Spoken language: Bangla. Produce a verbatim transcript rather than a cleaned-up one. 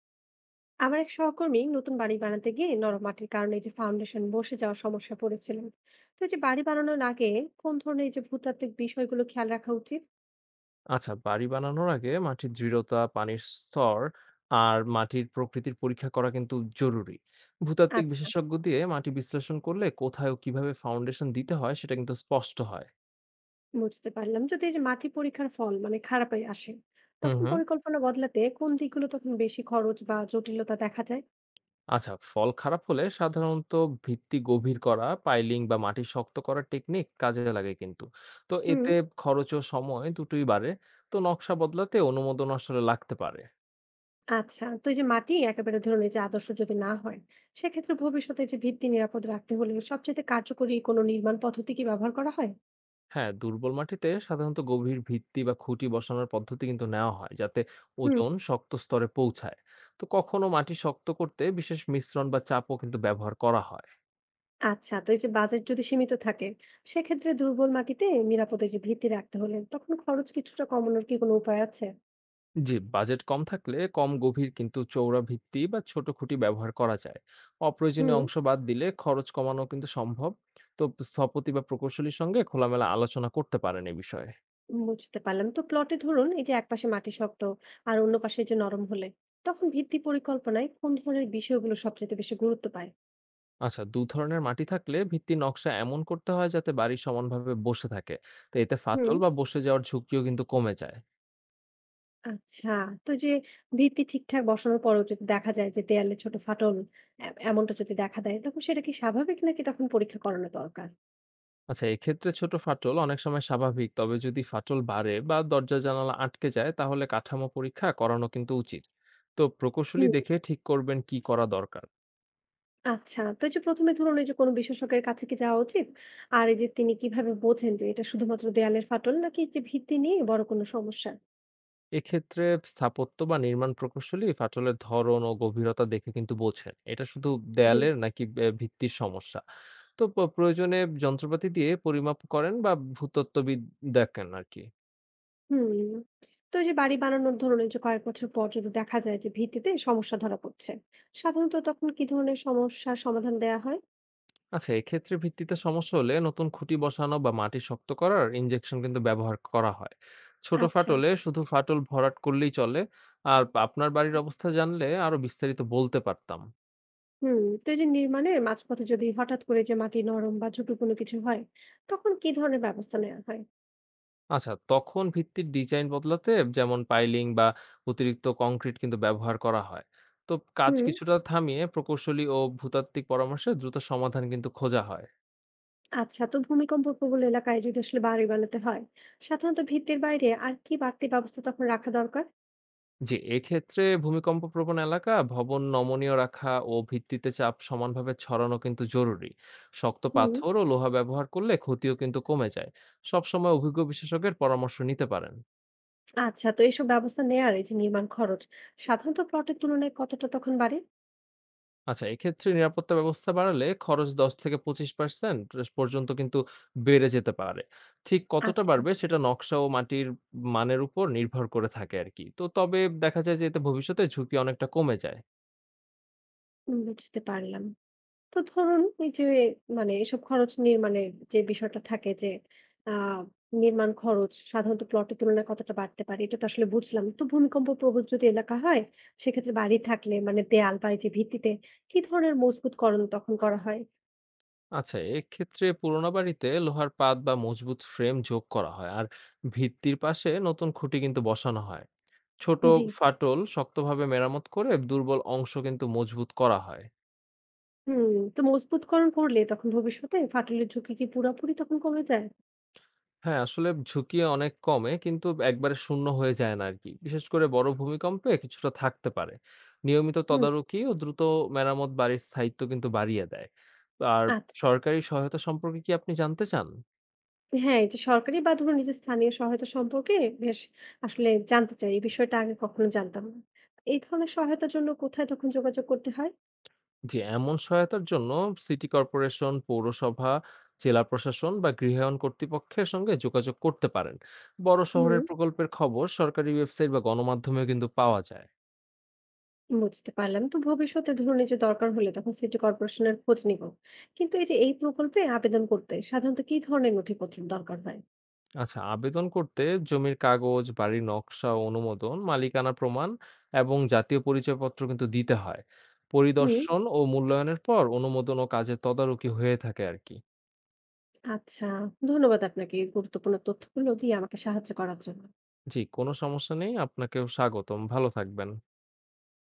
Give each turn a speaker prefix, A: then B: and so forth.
A: আমার এক সহকর্মী নতুন বাড়ি বানাতে গিয়ে নরম মাটির কারণে এই যে ফাউন্ডেশন বসে যাওয়ার সমস্যা পড়েছিলেন। তো এই যে বাড়ি বানানোর আগে কোন ধরনের এই যে ভূতাত্ত্বিক বিষয়গুলো খেয়াল রাখা উচিত?
B: আচ্ছা বাড়ি বানানোর আগে মাটির দৃঢ়তা পানির স্তর আর মাটির প্রকৃতির পরীক্ষা করা কিন্তু জরুরি ভূতাত্ত্বিক
A: আচ্ছা,
B: বিশেষজ্ঞ দিয়ে মাটি বিশ্লেষণ করলে কোথায় ও কিভাবে ফাউন্ডেশন দিতে হয় সেটা কিন্তু স্পষ্ট হয়।
A: বুঝতে পারলাম। যদি এই যে মাটি পরীক্ষার ফল মানে খারাপই আসে,
B: হুম
A: তখন
B: হুম।
A: পরিকল্পনা বদলাতে কোন দিকগুলো তখন বেশি খরচ বা জটিলতা দেখা যায়?
B: আচ্ছা ফল খারাপ হলে সাধারণত ভিত্তি গভীর করা পাইলিং বা মাটি শক্ত করার টেকনিক কাজে লাগে কিন্তু, তো
A: হুম।
B: এতে খরচ ও সময় দুটোই বাড়ে। তো নকশা বদলাতে অনুমোদন আসলে লাগতে পারে।
A: আচ্ছা, তো এই যে মাটি একেবারে ধরুন এই যে আদর্শ যদি না হয়, সেক্ষেত্রে ভবিষ্যতে এই যে ভিত্তি নিরাপদ রাখতে হলে সবচেয়ে কার্যকরী কোনো নির্মাণ পদ্ধতি কি ব্যবহার করা হয়?
B: হ্যাঁ, দুর্বল মাটিতে সাধারণত গভীর ভিত্তি বা খুঁটি বসানোর পদ্ধতি কিন্তু নেওয়া হয় যাতে
A: হুম।
B: ওজন শক্ত স্তরে পৌঁছায়। তো কখনো মাটি শক্ত করতে বিশেষ মিশ্রণ বা চাপও কিন্তু ব্যবহার করা হয়।
A: আচ্ছা, তো এই যে বাজেট যদি সীমিত থাকে, সেক্ষেত্রে দুর্বল মাটিতে নিরাপদে যে ভিত্তি রাখতে হলে তখন খরচ কিছুটা কমানোর কি কোনো উপায় আছে?
B: জি, বাজেট কম থাকলে কম গভীর কিন্তু চওড়া ভিত্তি বা ছোট খুঁটি ব্যবহার করা যায়।
A: হুম।
B: অপ্রয়োজনীয় অংশ বাদ দিলে খরচ কমানো কিন্তু সম্ভব। তো স্থপতি বা প্রকৌশলীর সঙ্গে খোলামেলা আলোচনা করতে পারেন এ বিষয়ে।
A: বুঝতে পারলাম। তো প্লটে ধরুন এই যে একপাশে মাটি শক্ত আর অন্য পাশে এই যে নরম হলে, তখন ভিত্তি পরিকল্পনায় কোন ধরনের বিষয়গুলো সবচেয়ে বেশি গুরুত্ব পায়?
B: আচ্ছা, দুই ধরনের মাটি থাকলে ভিত্তির নকশা এমন করতে হয় যাতে বাড়ি সমানভাবে বসে থাকে। তো এতে
A: হুম।
B: ফাটল বা বসে যাওয়ার ঝুঁকিও কিন্তু কমে যায়।
A: আচ্ছা, তো যে ভিত্তি ঠিকঠাক বসানোর পরেও যদি দেখা যায় যে দেয়ালে ছোট ফাটল, এ- এমনটা যদি দেখা দেয়, তখন সেটা কি স্বাভাবিক, নাকি তখন পরীক্ষা করানো দরকার?
B: আচ্ছা এক্ষেত্রে ছোট ফাটল অনেক সময় স্বাভাবিক। তবে যদি ফাটল বাড়ে বা দরজা জানালা আটকে যায় তাহলে কাঠামো পরীক্ষা করানো কিন্তু উচিত। তো প্রকৌশলী
A: হুম।
B: দেখে ঠিক করবেন কি করা দরকার।
A: আচ্ছা। তো এই যে প্রথম এ ধরুন এই যে কোন বিশেষজ্ঞের কাছে কি যাওয়া উচিত? আর এই যে তিনি কিভাবে বোঝেন যে এটা শুধুমাত্র দেয়ালের ফাটল, নাকি যে ভিত্তি নিয়ে বড় কোনো সমস্যা?
B: এক্ষেত্রে স্থাপত্য বা নির্মাণ প্রকৌশলী ফাটলের ধরন ও গভীরতা দেখে কিন্তু বোঝেন। এটা শুধু
A: জি।
B: দেয়ালের নাকি বে ভিত্তির সমস্যা? তো প প্রয়োজনে যন্ত্রপাতি দিয়ে পরিমাপ করেন বা ভূতত্ত্ববিদ দেখেন আরকি।
A: হুম। তো এই যে বাড়ি বানানোর ধরুন এই যে কয়েক বছর পর যদি দেখা যায় যে ভিত্তিতে সমস্যা ধরা পড়ছে, সাধারণত তখন কি ধরনের সমস্যার সমাধান দেয়া হয়?
B: আচ্ছা এক্ষেত্রে ভিত্তিতে সমস্যা হলে নতুন খুঁটি বসানো বা মাটি শক্ত করার ইনজেকশন কিন্তু ব্যবহার করা হয়। ছোট
A: আচ্ছা।
B: ফাটলে শুধু ফাটল ভরাট করলেই চলে। আর আপনার বাড়ির অবস্থা জানলে আরো বিস্তারিত বলতে পারতাম।
A: হুম। তো এই যে নির্মাণের মাঝপথে যদি হঠাৎ করে যে মাটি নরম বা ঝুঁকিপূর্ণ কিছু হয়, তখন কি ধরনের ব্যবস্থা নেওয়া হয়?
B: আচ্ছা তখন ভিত্তির ডিজাইন বদলাতে, যেমন পাইলিং বা অতিরিক্ত কংক্রিট কিন্তু ব্যবহার করা হয়। তো কাজ
A: হুম।
B: কিছুটা থামিয়ে প্রকৌশলী ও ভূতাত্ত্বিক পরামর্শে দ্রুত সমাধান কিন্তু খোঁজা হয়।
A: আচ্ছা, তো ভূমিকম্প প্রবল এলাকায় যদি আসলে বাড়ি বানাতে হয়, সাধারণত ভিত্তির বাইরে আর কি বাড়তি ব্যবস্থা তখন রাখা দরকার?
B: জি, এক্ষেত্রে ভূমিকম্প প্রবণ এলাকা ভবন নমনীয় রাখা ও ভিত্তিতে চাপ সমানভাবে ছড়ানো কিন্তু জরুরি। শক্ত
A: হুম।
B: পাথর ও লোহা ব্যবহার করলে ক্ষতিও কিন্তু কমে যায়। সবসময় অভিজ্ঞ বিশেষজ্ঞের পরামর্শ নিতে পারেন।
A: আচ্ছা, তো এইসব ব্যবস্থা নেয়ার এই যে নির্মাণ খরচ সাধারণত প্লটের তুলনায় কতটা তখন বাড়ে?
B: আচ্ছা, এক্ষেত্রে নিরাপত্তা ব্যবস্থা বাড়ালে খরচ দশ থেকে পঁচিশ শতাংশ পর্যন্ত কিন্তু বেড়ে যেতে পারে। ঠিক কতটা
A: আচ্ছা।
B: বাড়বে সেটা নকশা ও মাটির মানের উপর নির্ভর করে থাকে আরকি। তো তবে দেখা যায় যে এতে ভবিষ্যতে ঝুঁকি অনেকটা কমে যায়।
A: উম, বুঝতে পারলাম। তো ধরুন এই যে মানে এসব খরচ নির্মাণের যে বিষয়টা থাকে যে আহ নির্মাণ খরচ সাধারণত প্লটের তুলনায় কতটা বাড়তে পারে, এটা তো আসলে বুঝলাম। তো ভূমিকম্প প্রবল যদি এলাকা হয়, সেক্ষেত্রে বাড়ি থাকলে মানে দেয়াল বা এই যে ভিত্তিতে কি ধরনের মজবুতকরণ তখন করা হয়?
B: আচ্ছা, এক্ষেত্রে পুরোনো বাড়িতে লোহার পাত বা মজবুত ফ্রেম যোগ করা হয় আর ভিত্তির পাশে নতুন খুঁটি কিন্তু বসানো হয়। ছোট
A: জি।
B: ফাটল শক্তভাবে মেরামত করে দুর্বল অংশ কিন্তু মজবুত করা হয়।
A: হুম, তো মজবুতকরণ করলে তখন ভবিষ্যতে ফাটলের ঝুঁকি কি পুরোপুরি তখন কমে যায়?
B: হ্যাঁ, আসলে ঝুঁকি অনেক কমে কিন্তু একবারে শূন্য হয়ে যায় না আরকি। বিশেষ করে বড় ভূমিকম্পে কিছুটা থাকতে পারে। নিয়মিত
A: হুম,
B: তদারকি ও দ্রুত মেরামত বাড়ির স্থায়িত্ব কিন্তু বাড়িয়ে দেয়। আর
A: আচ্ছা।
B: সরকারি সহায়তা সম্পর্কে কি আপনি জানতে চান?
A: হ্যাঁ, এই যে সরকারি বা ধরুন নিজের স্থানীয় সহায়তা সম্পর্কে বেশ আসলে জানতে চাই। এই বিষয়টা আগে কখনো জানতাম না। এই ধরনের সহায়তার জন্য কোথায় তখন যোগাযোগ করতে হয়?
B: জি, এমন সহায়তার জন্য সিটি কর্পোরেশন, পৌরসভা, জেলা প্রশাসন বা গৃহায়ণ কর্তৃপক্ষের সঙ্গে যোগাযোগ করতে পারেন। বড়
A: হুম,
B: শহরের প্রকল্পের খবর সরকারি ওয়েবসাইট বা গণমাধ্যমেও কিন্তু পাওয়া যায়।
A: বুঝতে পারলাম। তো ভবিষ্যতে ধরুন এই যে দরকার হলে তখন সিটি কর্পোরেশনের খোঁজ নিব। কিন্তু এই যে এই প্রকল্পে আবেদন করতে সাধারণত কি ধরনের নথিপত্র দরকার হয়?
B: আচ্ছা, আবেদন করতে জমির কাগজ, বাড়ির নকশা, ও অনুমোদন, মালিকানা প্রমাণ এবং জাতীয় পরিচয়পত্র কিন্তু দিতে হয়।
A: হুম,
B: পরিদর্শন ও মূল্যায়নের পর অনুমোদন ও কাজের তদারকি হয়ে থাকে আর কি।
A: আচ্ছা। ধন্যবাদ আপনাকে এই গুরুত্বপূর্ণ তথ্যগুলো দিয়ে আমাকে সাহায্য করার জন্য।
B: জি, কোনো সমস্যা নেই। আপনাকেও স্বাগতম। ভালো থাকবেন।